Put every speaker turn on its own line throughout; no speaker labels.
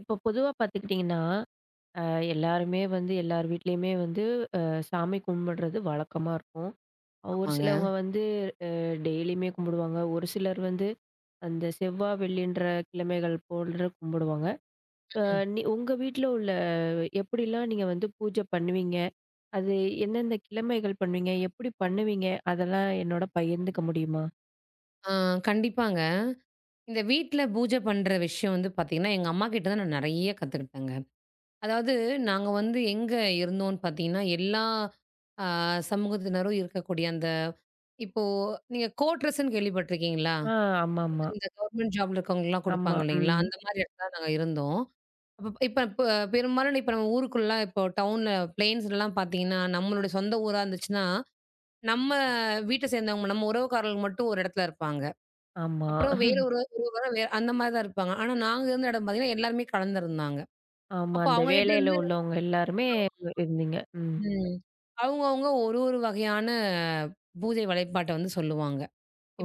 இப்போ பொதுவா பார்த்துக்கிட்டிங்கன்னா, அ எல்லாருமே வந்து எல்லார் வீட்லயுமே வந்து அ சாமி கும்பிடுறது வழக்கமா இருக்கும். ஒரு
ஆமாங்க.
சிலவங்க வந்து டெய்லியுமே கும்பிடுவாங்க. ஒரு சிலர் வந்து அந்த செவ்வா, வெள்ளின்ற கிழமைகள் போன்று கும்பிடுவாங்க. அ
ம்.
நீ உங்க வீட்ல உள்ள எப்படிலாம் நீங்க வந்து பூஜை பண்ணுவீங்க? அது எந்தெந்த கிழமைகள் பண்ணுவீங்க? எப்படி பண்ணுவீங்க? அதெல்லாம் என்னோட பகிர்ந்துக்க முடியுமா?
ஆ கண்டிப்பாங்க. இந்த வீட்ல பூஜை பண்ற விஷயம் வந்து பார்த்தீங்கன்னா, எங்க அம்மாகிட்ட தான் நான் நெறைய கத்துக்கிட்டேங்க. அதாவது நாங்க வந்து எங்க இருந்தோம்ன்னு பார்த்தீங்கன்னா, எல்லா அ சமூகத்தினரும் இருக்கக்கூடிய அந்த இப்போ நீங்க கோட்ரஸ்ன்னு கேள்விப்பட்டுருக்கீங்களா?
ஆ ஆமாமா.
இந்த கவர்மெண்ட் ஜாப்ல இருக்கவங்கலாம்
ஆமா.
குடுப்பாங்க இல்லைங்களா?
ம்.
அந்த மாரி இடத்துல நாங்க இருந்தோம். அப்பப் இப்ப இப்ப பெரும்பாலும் இப்ப நம்ம ஊருக்குள்ள இப்போ டவுன்ல பிளேன்ஸ்லலாம் பார்த்தீங்கன்னா, நம்மளுடைய சொந்த ஊரா இருந்துச்சுன்னா, நம்ம வீட்ட சேர்ந்தவங்க நம்ம உறவுக்காரர்கள் மட்டும் ஒரு இடத்துல இருப்பாங்க.
ஆமா.
அப்புறம் வேற ஒரு ஒரு வாரம் வேற அந்த மாரி தான் இருப்பாங்க. ஆனா நாங்க இருந்த இடம் பார்த்தீங்கன்னா, எல்லாருமே கலந்திருந்தாங்க.
ஆமா.
அப்போ
அந்த
அவங்க கிட்ட
வேலையில
இருந்து
உள்ளவங்க எல்லாருமே இருந்தீங்க. ம்.
ம். அவங்கவங்க ஒரு ஒரு வகையான பூஜை வழிபாட்ட வந்து சொல்லுவாங்க.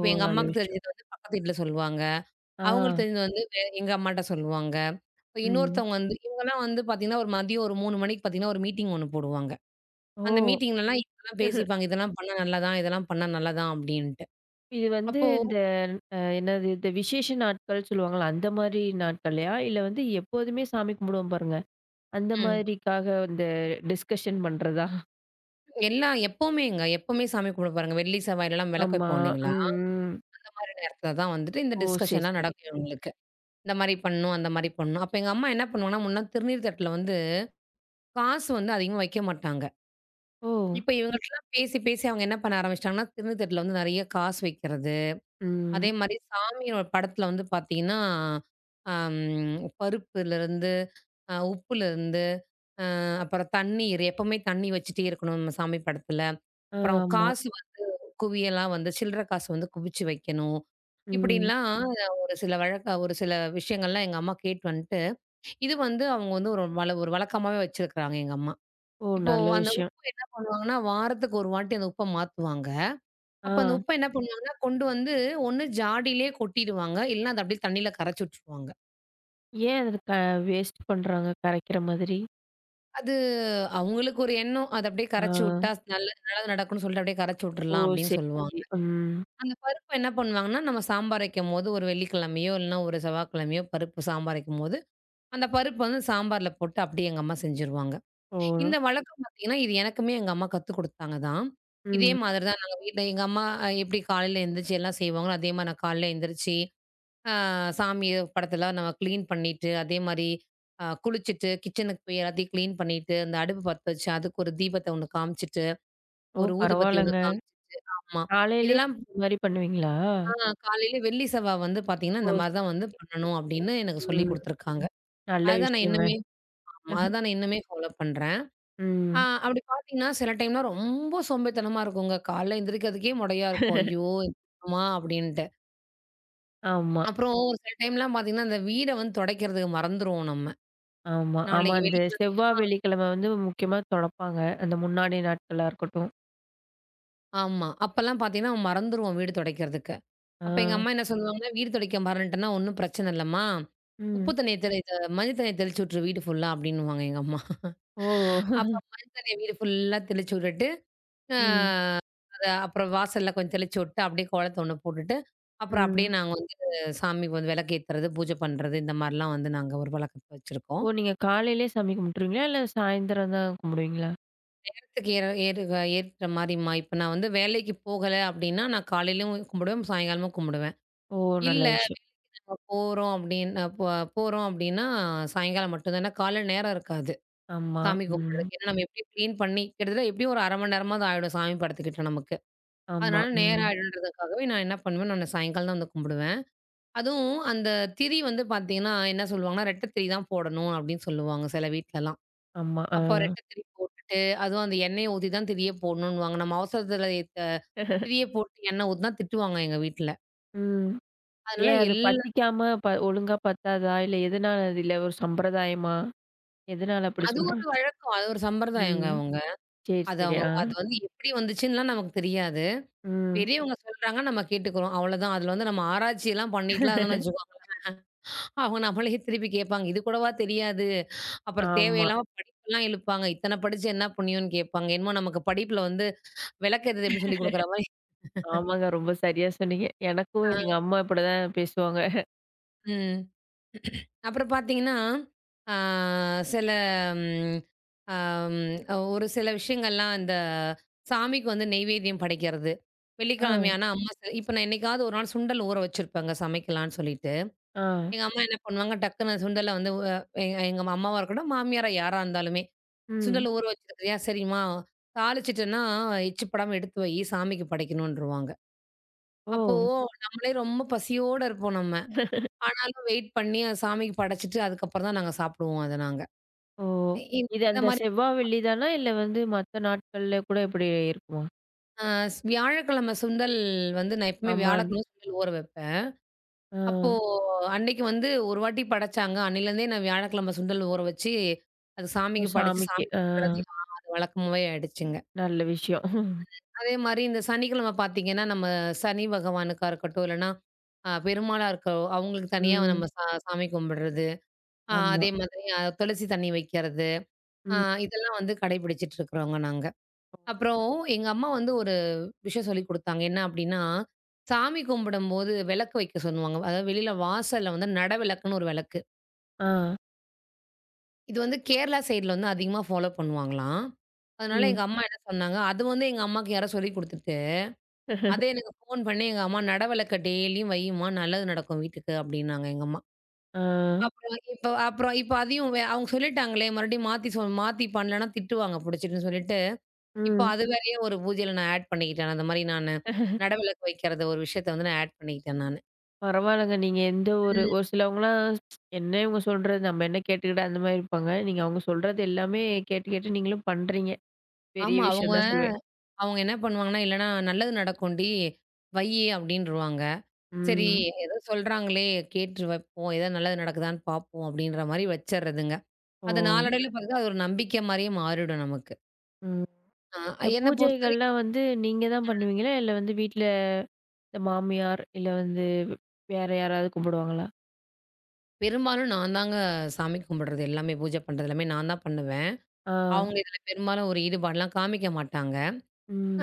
ஓ!
எங்க
நல்ல
அம்மாக்கு
விஷயம்.
தெரிஞ்சது வந்து பக்கத்து வீட்ல சொல்லுவாங்க.
ஆ.
அவங்களுக்கு தெரிஞ்சது வந்து எங்க அம்மாட்ட சொல்லுவாங்க. இப்ப
ம்.
இன்னொருத்தவங்க வந்து இவங்கலாம் வந்து பார்த்தீங்கன்னா, ஒரு மதியம் ஒரு 3 மணிக்கு பார்த்தீங்கன்னா, ஒரு மீட்டிங் ஒண்ணு போடுவாங்க. அந்த
ஓ!
மீட்டிங்லலாம் இதெல்லாம் பேசிப்பாங்க. இதெல்லாம் பண்ணா நல்லதான், இதெல்லாம் பண்ணா நல்லதான் அப்டின்ட்டு.
இது வந்து
அப்போ
இந்த அ என்னது இந்த விசேஷ நாட்கள் சொல்லுவாங்கல்ல, அந்த மாரி நாட்கள்லயா? இல்ல வந்து எப்போதுமே சாமி கும்பிடுவோம் பாருங்க, அந்த
ம்.
மாதிரிக்காக இந்த டிஸ்கஷன் பண்றதா?
எல்லாம் எப்பவுமேங்க, எப்பவுமே சாமி கும்பிட பாருங்க. வெள்ளி, செவ்வாயிலலாம் விளக்கு
ஆமா.
வைப்போம் இல்லைங்களா?
ம், ம்.
மாரி நேரத்துல தான் வந்துட்டு இந்த
ஓ! சரி,
டிஸ்கஷன்லாம்
சரி.
நடக்கும் இவங்களுக்கு. இந்த மாரி பண்ணணும், அந்த மாரி பண்ணணும். அப்ப எங்க அம்மா என்ன பண்ணுவாங்கன்னா, முன்ன திருநீர் தட்டுல வந்து காசு வந்து அதிகமா வைக்க மாட்டாங்க.
ஓ!
இப்ப இவங்கள்ட்டலாம் பேசி, பேசி அவங்க என்ன பண்ண ஆரம்பிச்சுட்டாங்கன்னா, திருநீர் தட்டுல வந்து நெறைய காசு வைக்கிறது. அதே
ம்.
மாரி சாமியோட படத்துல வந்து பாத்தீங்கன்னா, அம் பருப்புலருந்து, உப்புலருந்து, அப்புறம் தண்ணீர் எப்பவுமே தண்ணி வச்சுட்டே இருக்கணும் நம்ம சாமி படத்துல.
ஆ,
அப்புறம்
ஆமா.
காசு குவியலாம் வந்து சில்லற காசு வந்து குவிச்சு வைக்கணும்.
ம்.
இப்படின்லாம் ஒரு சில ஒரு சில விஷயங்கள்லாம் எங்க அம்மா கேட்டு வந்துட்டு, இது வந்து அவங்க வந்து ஒரு ஒரு வழக்கமாவே வச்சிருக்கிறாங்க எங்க அம்மா.
ஓ!
இப்போ
நல்ல
அந்த உப்பு
விஷயம்.
பண்ணுவாங்கன்னா, வாரத்துக்கு ஒரு வாட்டி அந்த உப்ப மாத்துவாங்க. அப்ப அந்த
ஆ.
உப்ப என்ன பண்ணுவாங்கன்னா, கொண்டு வந்து ஒண்ணு ஜாடியிலேயே கொட்டிடுவாங்க. இல்லன்னா அத அப்படியே தண்ணீல கரைச்சு விட்டுருவாங்க.
ஏன் அத க வேஸ்ட் பண்றாங்க கரைக்கிற மாதிரி?
அது அவங்களுக்கு ஒரு எண்ணம். அத அப்படியே
ஆ.
கரைச்சு விட்டா நல்லது நல்லது நடக்கும்னு சொல்லிட்டு அப்படியே கரைச்சு
ஓ!
விட்டுறலாம் அப்படின்னு
சரி,
சொல்லுவாங்க.
சரி. ம்.
அந்த பருப்பு என்ன பண்ணுவாங்கன்னா, நம்ம சாம்பார் வைக்கும்போது ஒரு வெள்ளிக்கிழமையோ, இல்லன்னா ஒரு செவ்வாய்க்கிழமையோ பருப்பு சாம்பார் வைக்கும்போது, அந்த பருப்பு வந்து சாம்பார்ல போட்டு அப்படியே எங்க அம்மா செஞ்சுருவாங்க.
ஓ!
இந்த வழக்கம் பார்த்தீங்கன்னா, இது எனக்குமே எங்க அம்மா கத்துக் குடுத்தாங்க தான். இதே
ம்.
மாதிரி தான் நாங்க வீட்ல எங்க அம்மா எப்படி காலையில எந்திரிச்சு எல்லாம் செய்வாங்களோ, அதே மாரி நான் காலையில எந்திரிச்சு, அ சாமி படத்தெல்லாம் நம்ம கிளீன் பண்ணிட்டு, அதே மாரி குளிச்சுட்டு, கிச்சனுக்கு போய் எல்லாத்தையும் கிளீன் பண்ணிட்டு, அந்த அடுப்பு பத்த வச்சு, அதுக்கு ஒரு தீபத்த ஒண்ணு காமிச்சுட்டு,
ஓ!
ஒரு ஊதுபத்தி ஒண்ணு
பரவால்லங்க.
ஆமா.
காலையிலயே
இதெல்லாம்
இந்த மாரி பண்ணுவீங்களா?
காலையில வெள்ளி, செவ்வா வந்து பார்த்தீங்கன்னா,
ஓ!
இந்த மாரி
சரி,
தான் வந்து
சரி.
பண்ணணும் அப்படின்னு எனக்கு சொல்லிக்
ம்.
குடுத்துருக்காங்க.
நல்ல
அதுதான் நான்
விஷயங்க.
இன்னுமே ஆமா. அதான் நான் இன்னுமே ஃபாலோ பண்றேன்.
ம்.
அப்படி பார்த்தீங்கன்னா, சில டைம்லாம் ரொம்ப சோம்பேறித்தனமா இருக்குங்க. காலைல எந்திரிக்கிறதுக்கே மொடையா இருக்கும். ஐயோ! எந்திரிக்கணுமா? அப்படின்ட்டு.
ஆமா,
அப்புறம் ஒரு சில டைம்லாம் பார்த்தீங்கன்னா, இந்த வீட வந்து துடைக்கிறதுக்கு மறந்துருவோம் நம்ம.
ஆமா, ஆமா.
நாளைக்கு
அந்த
வெள்ளிக்கிழமை
செவ்வா, வெள்ளிக்கிழமை வந்து முக்கியமா தொடைப்பாங்க. அந்த முன்னாடி நாட்களா இருக்கட்டும்.
ஆமா. அப்பலாம் பார்த்தீங்கன்னா, மறந்துருவோம் வீடு துடைக்கிறதுக்கு.
ஆ.
அப்ப எங்க அம்மா என்ன சொல்லுவாங்கன்னா, "வீடு துடைக்க மறந்துட்டேன்னா ஒண்ணும் பிரச்சனை இல்லம்மா. உப்பு
ம்.
தண்ணிய தெளி இது மஞ்சள் தண்ணிய தெளிச்சு விட்டுரு வீடு ஃபுல்லா" அப்படின்னுவாங்க எங்க அம்மா.
ஓ!
அப்ப மண் தண்ணீய வீடு ஃபுல்லா தெளிச்சு விட்டுட்டு, அ
ம்,
அத அப்புறம் வாசல்ல கொஞ்சம் தெளிச்சு விட்டு, அப்படியே கோலத்த ஒண்ணு போட்டுட்டு, அப்புறம் அப்படியே
ம்.
நாங்க வந்து சாமிக்கு வந்து விளக்கேத்துறது, பூஜை பண்றது, இந்த மாரிலாம் வந்து நாங்க ஒரு வழக்கத்த வச்சிருக்கோம்.
ஓ! நீங்க காலையிலயே சாமி கும்பிட்டுருவீங்களா? இல்ல சாயந்தரம் தான் கும்பிடுவீங்களா?
நேரத்துக்கு ஏற ஏறுக ஏற்ற மாரிம்மா, இப்ப நான் வந்து வேலைக்கு போகல அப்படின்னா, நான் காலையிலயும் கும்பிடுவேன், சாயங்காலமும் கும்பிடுவேன்.
ஓ!
இல்ல
நல்ல விஷயம்.
நம்ம போறோம் அப்படின்னா போறோம் அப்படின்னா, சாயங்காலம் மட்டும் தான். ஏன்னா காலையில நேரம் இருக்காது,
ஆமா.
சாமி
ம்.
கும்பிடுறதுக்கு. ஏன்னா நம்ம எப்படியும் கிளீன் பண்ணி கிட்டத்தட்ட எப்படியும் ஒரு 1/2 மணி நேரமாவது ஆயிடும் சாமி படத்துக்கிட்ட நமக்கு.
ஆமா.
அதனால நேரம்
ம்.
ஆயிடுன்றதுக்காகவே நான் என்ன பண்ணுவேன், நானு சாயங்காலம் தான் வந்து கும்பிடுவேன். அதுவும் அந்த திரி வந்து பார்த்தீங்கன்னா, என்ன சொல்லுவாங்கன்னா, ரெட்டை திரி தான் போடணும் அப்படின்னு சொல்லுவாங்க சில வீட்லலாம்.
ஆமா. ஆ.
அப்போ ரெட்டை திரி போட்டுட்டு, அதுவும் அந்த எண்ணெய ஊத்தி தான் திரியே போடணுன்னுவாங்க. நம்ம அவசரத்துல த திரிய போட்டு எண்ணெய் ஊத்துனா திட்டுவாங்க எங்க வீட்ல.
ம்.
அதனால
ஏன் அது
எல்லா
பத்திக்காம ப ஒழுங்கா பத்தாதா? இல்ல எதனால அது? இல்ல ஒரு சம்பிரதாயமா? எதனால அப்படி
அது ஒரு
சொல்றோம்?
வழக்கம். அது ஒரு சம்பிரதாயங்க
ம்.
அவங்க.
சரி,
அது
சரி.
அவங்க
ஆ.
அது வந்து எப்படி வந்துச்சுன்னுலாம் நமக்கு தெரியாது.
ம்.
பெரியவங்க சொல்றாங்க, நம்ம கேட்டுக்கிறோம். அவ்வளோதான். அதுல வந்து நம்ம ஆராய்ச்சிலாம் பண்ணிட்டுலாம் இருந்தோம்னு வச்சுக்கோங்க அவங்க நம்மளே திருப்பி கேட்பாங்க. இது கூடவா தெரியாது? அப்புறம்
ஆமா.
தேவையில்லாம படிப்பெல்லாம் இழுப்பாங்க. இத்தன படிச்சு என்ன புண்ணியம்னு கேட்பாங்க. என்னமோ நமக்கு படிப்புல வந்து விளக்கெதுறது எப்படி சொல்லிக் குடுக்குற மாரி.
ஆமாங்க. ரொம்ப சரியா சொன்னீங்க. எனக்கும்
ஆ,
எங்க அம்மா இப்படிதான் பேசுவாங்க.
ம். அப்புறம் பார்த்தீங்கன்னா, ஆ சில ம் அம் ஒரு சில விஷயங்கள்லாம் இந்த சாமிக்கு வந்து நெய்வேத்தியம் படைக்கிறது.
ஆ,
வெள்ளிக்கிழமை ஆனா அம்மா இப்ப நான் என்னைக்காவது ஒரு நாள் சுண்டல் ஊற வச்சிருப்பேங்க சமைக்கலான்னு சொல்லிட்டு.
ஆ.
எங்க அம்மா என்ன பண்ணுவாங்க, டக்குன்னு சுண்டல வந்து எங்க எங்க அம்மாவா இருக்கட்டும், மாமியாரா யாரா இருந்தாலுமே
ம்.
சுண்டல் ஊற வச்சிருக்கியா? சரிம்மா, தாளிச்சுட்டேன்னா, எச்சு படாம எடுத்து வை, சாமிக்கு படைக்கணுன்ருவாங்க.
ஓ!
அப்போ நம்மளே ரொம்ப பசியோட இருப்போம் நம்ம. ஆனாலும் வெயிட் பண்ணி அது சாமிக்கு படைச்சுட்டு, அதுக்கப்புறம் தான் நாங்க சாப்பிடுவோம் அத நாங்க.
ஓ!
இ
இது
இந்த
அந்த
மாரி
செவ்வா, வெள்ளி தானா? இல்ல வந்து மத்த நாட்கள்ல கூட இப்படி இருக்குமா?
அ வியாழக்கிழமை சுண்டல் வந்து நான் எப்பவுமே
ஆமா.
வியாழக்கிழமை சுண்டல் ஊற வைப்பேன்.
ஆ.
அப்போ அன்னைக்கு வந்து ஒரு வாட்டி படைச்சாங்க. அன்னையிலேருந்தே நான் வியாழக்கிழமை சுண்டல் ஊற வச்சு, அது
ஓ!
சாமிக்கு படைச்சு
சாமிக்கு.
சாமி
ஆ.
கும்பிடுறது அது வழக்கமாவே ஆயிடுச்சுங்க.
நல்ல விஷயம்.
அதே மாரி இந்த சனிக்கிழமை பார்த்தீங்கன்னா, நம்ம சனி பகவானுக்கா இருக்கட்டும், இல்லன்னா பெருமாளா இருக்க அவங்களுக்கு தனியா
ம்.
நம்ம சாமி கும்பிடுறது.
ஆமா.
அதே மாதிரி துளசி தண்ணி வைக்கிறது. அ
ம்.
இதெல்லாம் வந்து கடைபிடிச்சிட்டு இருக்கிறவங்க நாங்க. அப்புறம் எங்க அம்மா வந்து ஒரு விஷயம் சொல்லிக் குடுத்தாங்க. என்ன அப்டின்னா, சாமி கும்பிடும்போது விளக்கு வைக்க சொல்லுவாங்க. அதாவது வெளியில வாசல்ல வந்து நட விளக்குன்னு ஒரு விளக்கு.
ஆ.
இது வந்து கேரளா சைட்ல வந்து அதிகமா ஃபாலோ பண்ணுவாங்களாம். அதனால
ம்.
எங்க அம்மா என்ன சொன்னாங்க, அது வந்து எங்க அம்மாக்கு யாரோ சொல்லிக் குடுத்துட்டு அதே எனக்கு ஃபோன் பண்ணி எங்க அம்மா "நடவலக்க டெய்லியும் வையும்மா, நல்லது நடக்கும் வீட்டுக்கு" அப்டின்னாங்க எங்க அம்மா.
ஆ.
அப்புறம் இப்ப அப்புறம் இப்ப அதையும் அவங்க சொல்லிட்டாங்களே, மறுபடியும் மாத்தி மாத்தி பண்ணலன்னா திட்டுவாங்க புடிச்சுட்டுன்னு சொல்லிட்டு, இப்போ
ம்.
அது வேறயே ஒரு பூஜையில நான் ஆட் பண்ணிக்கிட்டேன். அந்த மாரி நானு நடவிளக்கு வைக்கிறத ஒரு விஷயத்த வந்து நான் ஆட் பண்ணிக்கிட்டேன் நானு.
பரவாயில்லங்க. நீங்க எந்த ஒரு ஒரு
ம்.
சிலவங்கலாம் என்ன இவங்க சொல்றது? நம்ம என்ன கேட்டுக்கிட்டு அந்த மாரி இருப்பாங்க. நீங்க அவங்க சொல்றது எல்லாமே கேட்டு நீங்களும் பண்றீங்க. பெரிய
ஆமா, அவங்க
விஷயம் தான் சொல்வேன்.
அவங்க என்ன பண்ணுவாங்கன்னா, "இல்லன்னா நல்லது நடக்கும்டி, வையி" அப்டின்ருவாங்க. சரி
ம்.
ஏதோ சொல்றாங்களே கேட்டு வைப்போம், ஏதோ நல்லது நடக்குதான்னு பார்ப்போம் அப்டின்ற மாரி வச்சர்றதுங்க.
ஓ!
அத நாளடைவில பார்த்தா அது ஒரு நம்பிக்கை மாரியே மாறிடும் நமக்கு.
ம்.
ஆ
இந்த
என்ன
பூஜைகள்லாம்
பொறுத்தவரைக்கும்
வந்து நீங்க தான் பண்ணுவீங்களா? இல்ல வந்து வீட்ல இந்த மாமியார், இல்ல வந்து வேற யாராவது கும்பிடுவாங்களா?
பெரும்பாலும் நான் தாங்க சாமி கும்பிடுறது எல்லாமே, பூஜை பண்றது எல்லாமே நான் தான் பண்ணுவேன்.
ஆ.
அவங்க இதில பெரும்பாலும் ஒரு ஈடுபாடுலாம் காமிக்க மாட்டாங்க.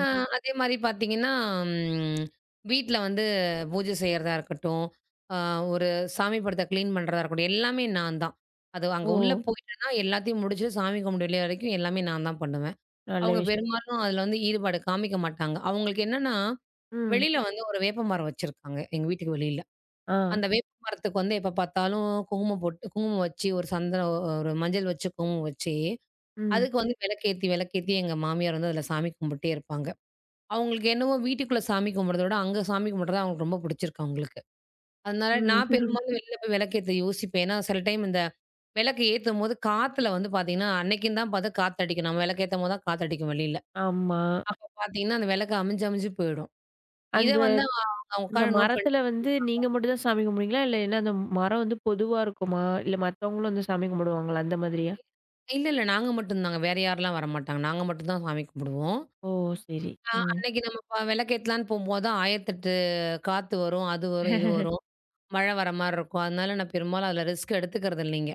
ஆ அதே மாரி பார்த்தீங்கன்னா, ம் வீட்ல வந்து பூஜை செய்றதா இருக்கட்டும், ஆ ஒரு சாமி படத்த கிளீன் பண்றதா இருக்கட்டும், எல்லாமே நான் தான். அது அங்க
ஓ!
உள்ள போயிட்டேன்னா எல்லாத்தையும் முடிச்சுட்டு சாமி கும்பிட்டு வெளிய வரைக்கும் எல்லாமே நான் தான் பண்ணுவேன்.
நல்ல
அவங்க
விஷயம்.
பெரும்பாலும் அதில வந்து ஈடுபாடு காமிக்க மாட்டாங்க. அவங்களுக்கு என்னன்னா
ம்.
வெளியில வந்து ஒரு வேப்பமரம் வச்சிருக்காங்க, எங்க வீட்டுக்கு வெளியில.
ஆ.
அந்த வேப்பமரத்துக்கு வந்து எப்ப பார்த்தாலும் குங்குமம் போட்டு குங்குமம் வச்சு, ஒரு சந்தனம் ஒரு மஞ்சள் வச்சு, குங்குமம் வச்சு,
ம்.
அதுக்கு வந்து விளக்கேத்தி விளக்கேத்தி எங்க மாமியார் வந்து அதில சாமி கும்பிட்டே இருப்பாங்க. அவங்களுக்கு என்னவோ வீட்டுக்குள்ள சாமி கும்பிடுறத விட, அங்க சாமி கும்பிடுறது தான் அவங்களுக்கு ரொம்ப பிடிச்சிருக்கு அவங்களுக்கு. அதனால நான்
ம்.
பெரும்பாலும் வெளியில போய் விளக்கேத்த யோசிப்பேன். ஏன்னா சில டைம் இந்த விளக்கு ஏத்தும்போது காத்துல வந்து பார்த்தீங்கன்னா, அன்னைக்குன்னு தான் பார்த்து காத்தடிக்கும். நம்ம விளக்கு ஏத்தும்போது தான் காத்தடிக்கும் வெளியில.
ஆமா.
அப்ப பார்த்தீங்கன்னா, அந்த விளக்கு அமிஞ்சு அமிஞ்சு போயிடும். இத
அந்த
வந்து அவங்க
அந்த
உட்காந்து நோட் பண்ணி
மரத்துல வந்து நீங்க மட்டும் தான் சாமி கும்பிடுவீங்களா? இல்ல என்ன அந்த மரம் வந்து பொதுவா இருக்குமா? இல்ல மத்தவங்களும் வந்து சாமி கும்பிடுவாங்களா? அந்த மாதிரியா?
இல்ல, இல்ல. நாங்க மட்டும் தாங்க. வேற யாரெல்லாம் வரமாட்டாங்க. நாங்க மட்டும் தான் சாமி கும்பிடுவோம்.
ஓ! சரி. ம்.
அன்னைக்கு நம்ம விளக்கேத்தலான்னு போம்போது தான் 1008 காத்து வரும், அது வரும், இது வரும். மழை வர மாரி இருக்கும். அதனால நான் பெரும்பாலும் அதுல ரிஸ்க் எடுத்துக்கிறது இல்லைங்க.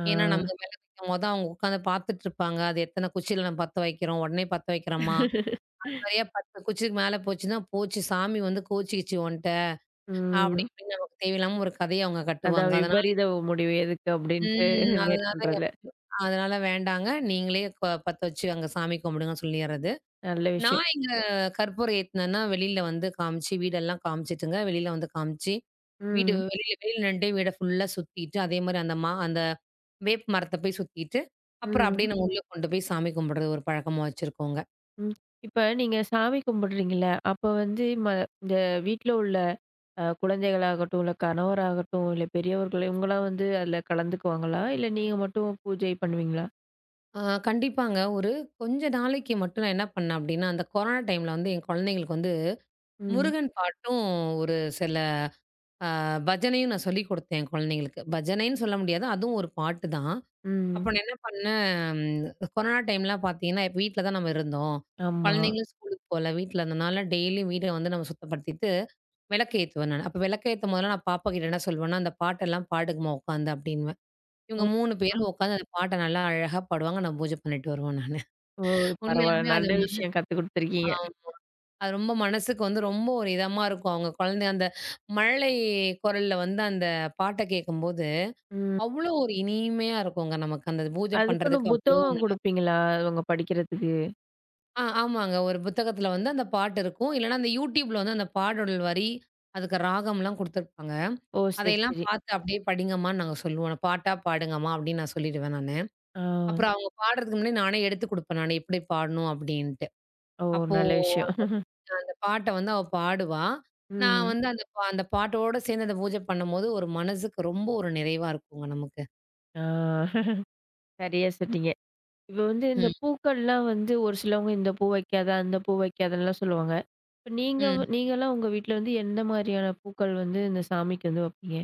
ஆ.
ஏன்னா நம்ம விளக்கு வைக்கும்போது அவங்க உட்காந்து பார்த்துட்டு இருப்பாங்க. அது எத்தனை குச்சியில நம்ம பத்த வைக்கிறோம், உடனே பத்த வைக்கிறோமா? நெறைய 10 குச்சிக்கு மேல போச்சுன்னா, போச்சு சாமி வந்து கோச்சிக்கிச்சு உன்ட்ட. அப்படி
ம்.
இப்படின்னு நமக்கு தேவையில்லாம ஒரு கதைய அவங்க கட்டுவாங்க.
அதான்
அதனால
விபரீத முடிவு எதுக்கு அப்படின்ட்டு
ம். அதனால
மேற்கொள்றதுல.
அதனால வேண்டாங்க. நீங்களே பத்த வச்சு அங்க சாமி கும்பிடுங்கன்னு சொல்லிர்றது.
நல்ல விஷயம்.
நான் கற்பூரம் ஏத்துனேன்னா, வெளில வந்து காமிச்சு, வீடெல்லாம் காமிச்சுட்டுங்க. வெளில வந்து காமிச்சு, வீடு
ம்.
வெளில வெளில நின்னுட்டே வீட ஃபுல்லா சுத்திட்டு, அதே மாரி அந்த அந்த வேப்ப மரத்த போய் சுத்திட்டு, அப்புறம்
ம்.
அப்படியே நம்ம உள்ள கொண்டு போய் சாமி கும்பிடுறது ஒரு பழக்கமா வச்சிருக்கோங்க.
ம். இப்ப நீங்க சாமி கும்பிடுறீங்கல்ல, அப்ப வந்து ம இந்த வீட்ல உள்ள அ குழந்தைகளாகட்டும், இல்ல கணவராகட்டும், இல்ல பெரியவர்கள் இவங்கலாம் வந்து அதுல கலந்துக்குவாங்களா? இல்ல நீங்க மட்டும் பூஜை பண்ணுவீங்களா?
ஆ கண்டிப்பாங்க. ஒரு கொஞ்ச நாளைக்கு மட்டும் நான் என்ன பண்ணேன் அப்படின்னா, அந்த கொரோனா டைம்ல வந்து என் குழந்தைங்களுக்கு வந்து
ம்.
முருகன் பாட்டும், ஒரு சில அ பஜனையும் நான் சொல்லிக் குடுத்தேன் என் குழந்தைங்களுக்கு. பஜனைன்னு சொல்ல முடியாது. அதுவும் ஒரு பாட்டு தான். அப்ப
ம்.
நான் என்ன பண்ணேன், கொரோனா டைம்லாம் பார்த்தீங்கன்னா, இப்ப வீட்ல தான் நம்ம இருந்தோம்.
ஆமா.
குழந்தைங்களும் ஸ்கூலுக்கு போல. வீட்ல இருந்தனால டெய்லியும் வீட வந்து நம்ம சுத்தப்படுத்திட்டு, விளக்கு ஏத்துவேன் நானு. அப்ப விளக்கு ஏத்தும் போதெல்லாம் நான் பாப்பா கிட்ட என்ன சொல்லுவேன்னா, "அந்த பாட்டெல்லாம் பாடுங்கம்மா உட்காந்து" அப்படின்னுவேன். இவங்க
ஓ!
3
அ.
பேரும் உட்காந்து அந்த பாட்ட நல்லா அழகா பாடுவாங்க. நான் பூஜை பண்ணிட்டு வருவேன் நானு.
ஓ! பரவால்ல.
உண்மையாலுமே அது
நல்ல
மனசு
விஷயம் கத்து
ஆ
குடுத்துருக்கீங்க.
அது ரொம்ப மனசுக்கு வந்து ரொம்ப ஒரு இதமா இருக்கும். அவங்க குழந்தை அந்த மழலை குரல்ல வந்து அந்த பாட்ட கேட்கும்போது,
ம்.
அவ்வளோ ஒரு இனிமையா இருக்குங்க நமக்கு. அந்த பூஜை
அதுக்குன்னு
பண்றதுக்கு அவ்வளோ
புத்தகம் குடுப்பீங்களா? அவங்க படிக்கிறதுக்கு?
ஆமாங்க. ஒரு புத்தகத்துல வந்து அந்த பாட்டு இருக்கும். இல்லன்னா அந்த YouTubeல வந்து அந்த பாடல் வரி, அதுக்கு ராகம்லாம் குடுத்துருப்பாங்க.
ஓ! சரி,
அதையெல்லாம்
சரி.
பார்த்து அப்படியே படிங்கம்மான்னு நாங்க சொல்லுவோம். பாட்டா பாடுங்கம்மா அப்படின்னு நான் சொல்லிடுவேன் நானு.
ஆ.
அப்புறம் அவங்க பாடுறதுக்கு முன்னாடி நானே எடுத்து குடுப்பேன் நானு எப்படி பாடணும் அப்படின்ட்டு.
ஓ!
அப்போ
நல்ல விஷயம்.
அந்த பாட்ட வந்து அவ பாடுவா. நான்
ம்.
வந்து அந்த அந்த பாட்டோட சேர்ந்து அந்த பூஜை பண்ணும்போது ஒரு மனசுக்கு ரொம்ப ஒரு நிறைவா இருக்குங்க நமக்கு.
ஆ. சரியா சொன்னீங்க. இப்ப வந்து இந்த
ம்,
பூக்கள்லாம் வந்து ஒரு சிலவங்க இந்த பூ வைக்காத, அந்த பூ வைக்காதல்லாம் சொல்லுவாங்க. இப்ப நீங்க
ம்.
நீங்கலாம் உங்க வீட்ல வந்து எந்த மாரியான பூக்கள் வந்து இந்த சாமிக்கு வந்து வைப்பீங்க?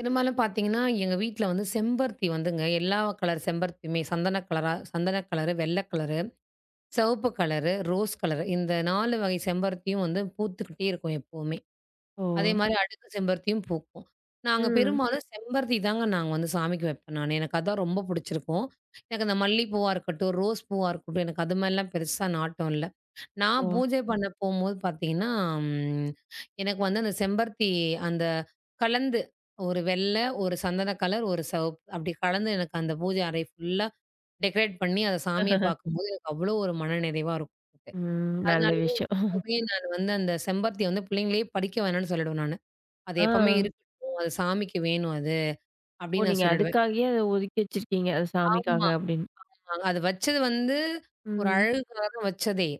பெரும்பாலும் பார்த்தீங்கன்னா, எங்க வீட்ல வந்து செம்பருத்தி வந்துங்க எல்லா கலர் செம்பருத்தியுமே சந்தன கலரு, வெள்ள கலரு சிவப்பு கலரு, ரோஸ் கலரு இந்த 4 வகை செம்பருத்தியும் வந்து பூத்துக்கிட்டே இருக்கும் எப்பவுமே.
ஓ!
அதேமாரி அடுக்கு செம்பருத்தியும் பூக்கும். நாங்க
ம்.
பெரும்பாலும் செம்பருத்தி தாங்க நாங்க வந்து சாமிக்கு வைப்பேன் நானு. எனக்கு அதான் ரொம்ப புடிச்சிருக்கும். எனக்கு அந்த மல்லிப்பூவா இருக்கட்டும், ரோஸ் பூவா இருக்கட்டும், எனக்கு அது மாரிலாம் பெருசா நாட்டம் இல்ல. நான்
ஓ!
பூஜை பண்ண போம்போது பார்த்தீங்கன்னா, ம் எனக்கு வந்து அந்த செம்பருத்தி அந்த கலந்து ஒரு வெள்ள, ஒரு சந்தன கலர், ஒரு சிவப்பு அப்படி கலந்து எனக்கு அந்த பூஜை அறை ஃபுல்லா டெக்கரேட் பண்ணி அத சாமிய பார்க்கும்போது எனக்கு அவ்வளோ ஒரு மன நிறைவா இருக்கும்.
ம். நல்ல
அதனாலேயே
விஷயம்.
எப்பவுமே நான் வந்து அந்த செம்பருத்திய வந்து பிள்ளைங்களே படிக்க வேணான்னு சொல்லிடுவேன் நானு. அது
ஆ.
எப்பவுமே இருக்கட்டும். அது சாமிக்கு வேணும் அது
ஓ!
அப்படின்னு நான்
நீங்க
சொல்லிடுவேன்.
அதுக்காகயே அத ஒதுக்கி வச்சிருக்கீங்க. அது சாமிக்காக
ஆமா,
அப்படின்னு.
ஆமாங்க. அது வச்சது வந்து ஒரு
ம்.
அழகுக்காக தான் வச்சதே.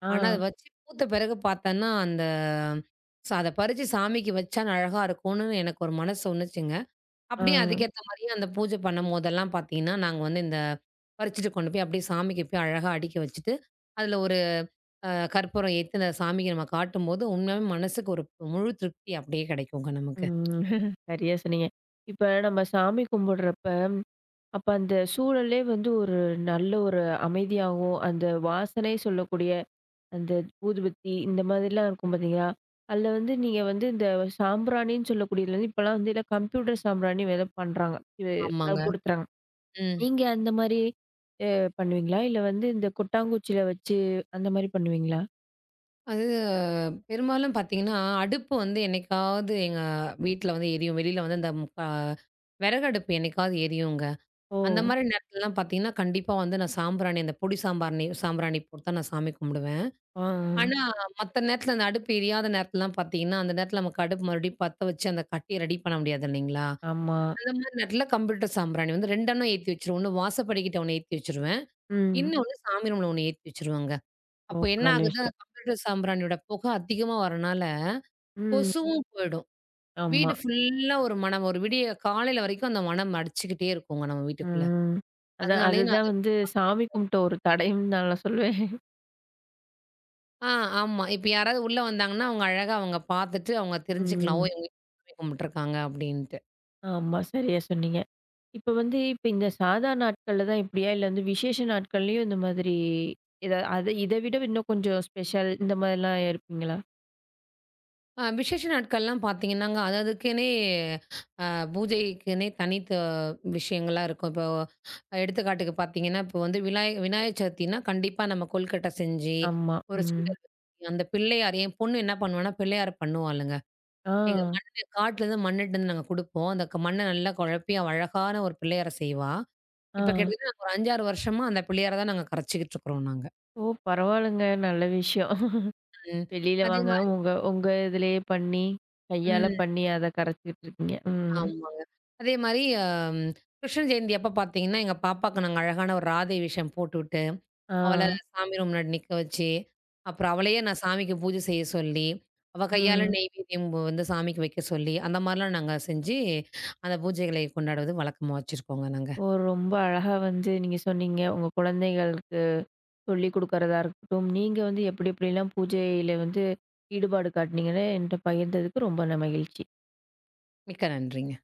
ஆ,
ஆனா அது வச்சு பூத்த பிறகு பார்த்தேன்னா, அந்த அத பறிச்சு சாமிக்கு வச்சா அழகா இருக்கும்னு எனக்கு ஒரு மனசு சொன்னுச்சுங்க.
ஆ,
அப்படியே அதுக்கேத்த மாரியே அந்த பூஜை பண்ணும்போதெல்லாம் பார்த்தீங்கன்னா, நாங்க வந்து இந்த பறிச்சுட்டு கொண்டு போய் அப்படியே சாமிக்கு போய் அழகா அடுக்கி வச்சுட்டு, அதில ஒரு அ கற்பூரம் ஏத்தி அந்த சாமிக்கு நம்ம காட்டும்போது, உண்மையாவே மனசுக்கு ஒரு முழு திருப்தி அப்படியே கிடைக்குங்க நமக்கு.
ம். சரியா சொன்னீங்க. இப்ப நம்ம சாமி கும்பிடுறப்ப, அப்ப அந்த சூழலே வந்து ஒரு நல்ல ஒரு அமைதியாவும், அந்த வாசனை சொல்லக்கூடிய அந்த ஊதுபத்தி இந்த மாதிரிலாம் இருக்கும் பார்த்தீங்களா? அதில வந்து நீங்க வந்து இந்த சாம்பிராணின்னு சொல்லக்கூடியதுல வந்து இப்பலாம் வந்து எல்லாம் கம்ப்யூட்டர் சாம்பிராணி ஏதோ பண்றாங்க. இது அ
ஆமாங்க.
குடுத்துறாங்க.
ம்.
நீங்க அந்த மாரி அ பண்ணுவீங்களா? இல்ல வந்து இந்த கொட்டாங்குச்சில வச்சு அந்த மாரி பண்ணுவீங்களா?
அது பெரும்பாலும் பார்த்தீங்கன்னா, அடுப்பு வந்து என்னைக்காவது எங்க வீட்ல வந்து எரியும். வெளியில வந்து அந்த ப விறகு அடுப்பு என்னைக்காவது எரியுங்க.
ஓ!
அந்த மாரி நேரத்துலலாம் பார்த்தீங்கன்னா, கண்டிப்பா வந்து நான் சாம்பிராணி அந்த பொடி சாம்பிராணி போட்டு தான் நான் சாமி கும்பிடுவேன்.
ஆ, ஆ.
ஆனா, மத்த நேரத்துல அந்த அடுப்பு எரியாத நேரத்துலலாம் பார்த்தீங்கன்னா, அந்த நேரத்துல நமக்கு அடுப்பு மறுபடியும் பத்த வச்சு அந்த கட்டிய ரெடி பண்ண முடியாது இல்லைங்களா?
ஆமா.
அந்த மாரி நேரத்துல கம்ப்யூட்டர் சாம்பிராணி வந்து 2 ஏத்தி வச்சுருவேன். ஒண்ணு வாசப்படிக்கிட்ட ஒண்ணு ஏத்தி வச்சுருவேன்.
ம்.
இன்னொன்னு சாமி ரூம்ல ஒண்ணு ஏத்தி வச்சுருவேங்க. அப்போ
ஓ!
என்ன
நல்ல
ஆகுது, அந்த
விஷயம்.
கம்ப்யூட்டர் சாம்பிராணியோட புகை அதிகமா வரனால,
ம்.
கொசுவும் போயிடும்.
ஆமா.
வீடு ஃபுல்லா ஒரு மணம். ஒரு விடிய காலையில வரைக்கும் அந்த மணம் அடிச்சுக்கிட்டே இருக்குங்க நம்ம வீட்டுக்குள்ள.
ம். அதான்
அதனாலயே நான்
அதுதான்
அது
வந்து சாமி கும்பிட்ட ஒரு தடயம்ன்னு நான் சொல்லுவேன்.
ஆ ஆமா. இப்ப யாராவது உள்ள வந்தாங்கன்னா, அவங்க அழகா அவங்க பாத்துட்டு அவங்க தெரிஞ்சுக்கலாம். ஓ!
ம்.
இவங்க வீட்டுல சாமி கும்பிட்டுருக்காங்க அப்படின்ட்டு.
ஆமா. சரியா சொன்னீங்க. இப்ப வந்து இந்த சாதா நாட்கள்ல தான் இப்படியா? இல்ல வந்து விசேஷ நாட்கள்லயும் இந்த மாதிரி ஏதா அத இத விட இன்னும் கொஞ்சம் ஸ்பெஷல் இந்த மாதிரிலாம் இருப்பீங்களா?
விசேஷ நாட்கள்லாம் பார்த்தீங்கன்னாங்க, அது அதுக்குன்னே அ பூஜைக்குன்னே தனித்த விஷயங்களா இருக்கும். இப்போ எடுத்துக்காட்டுக்கு பார்த்தீங்கன்னா, இப்போ வந்து விநாயகர் சதுர்த்தினா கண்டிப்பா நம்ம கொழுக்கட்டை செஞ்சு,
ஆமா.
ஒரு
ம்.
சுண்டல் வச்சு, அந்த பிள்ளையார் என் பொண்ணு என்ன பண்ணுவான்னா, பிள்ளையார் பண்ணுவாளுங்க.
ஆ.
எங்க மண்ணு மண்ணுட்டருந்து நாங்க குடுப்போம். அந்த மண்ண நல்லா குழப்பி அவ அழகான ஒரு பிள்ளையார செய்வா.
ஆ.
இப்போ கிட்டத்தட்ட நாங்க ஒரு 5, 6 வருஷமா அந்த பிள்ளையார தான் நாங்க கரைச்சுக்கிட்டு இருக்கிறோம் நாங்க.
ஓ! பரவாயில்லங்க. நல்ல விஷயம்.
ம்.
வெளியில
அதே
வாங்க
மாரி
உங்க உங்க இதுலயே பண்ணி, கையால
ம்.
பண்ணி அத கரைச்சுக்கிட்டு இருக்கீங்க. ம்.
ஆமாங்க. அதே மாரி கிருஷ்ண ஜெயந்தி அப்ப பார்த்தீங்கன்னா, எங்க பாப்பாக்கு நாங்க அழகான ஒரு ராதை வேஷம் போட்டுவிட்டு,
ஆ.
அவள சாமி ரூம் முன்னாடி நிக்க வச்சு, அப்புறம் அவளையே நான் சாமிக்கு பூஜை செய்ய சொல்லி, அவ கையால
ம்.
நெய்வேத்தியம் வந்து சாமிக்கு வைக்க சொல்லி, அந்த மாரிலாம் நாங்க செஞ்சு, அந்த பூஜைகளை கொண்டாடுவது வழக்கமா வச்சிருக்கோங்க நாங்க.
ஓ! ரொம்ப அழகா வந்து நீங்க சொன்னீங்க. உங்க குழந்தைகளுக்கு சொல்லிக் குடுக்கறதா இருக்கட்டும், நீங்க வந்து எப்படி எப்படிலாம் பூஜையில வந்து ஈடுபாடு காட்டுனீங்கன்னு என்ட்ட பகிர்ந்ததுக்கு ரொம்ப ந மகிழ்ச்சி.
மிக்க நன்றிங்க.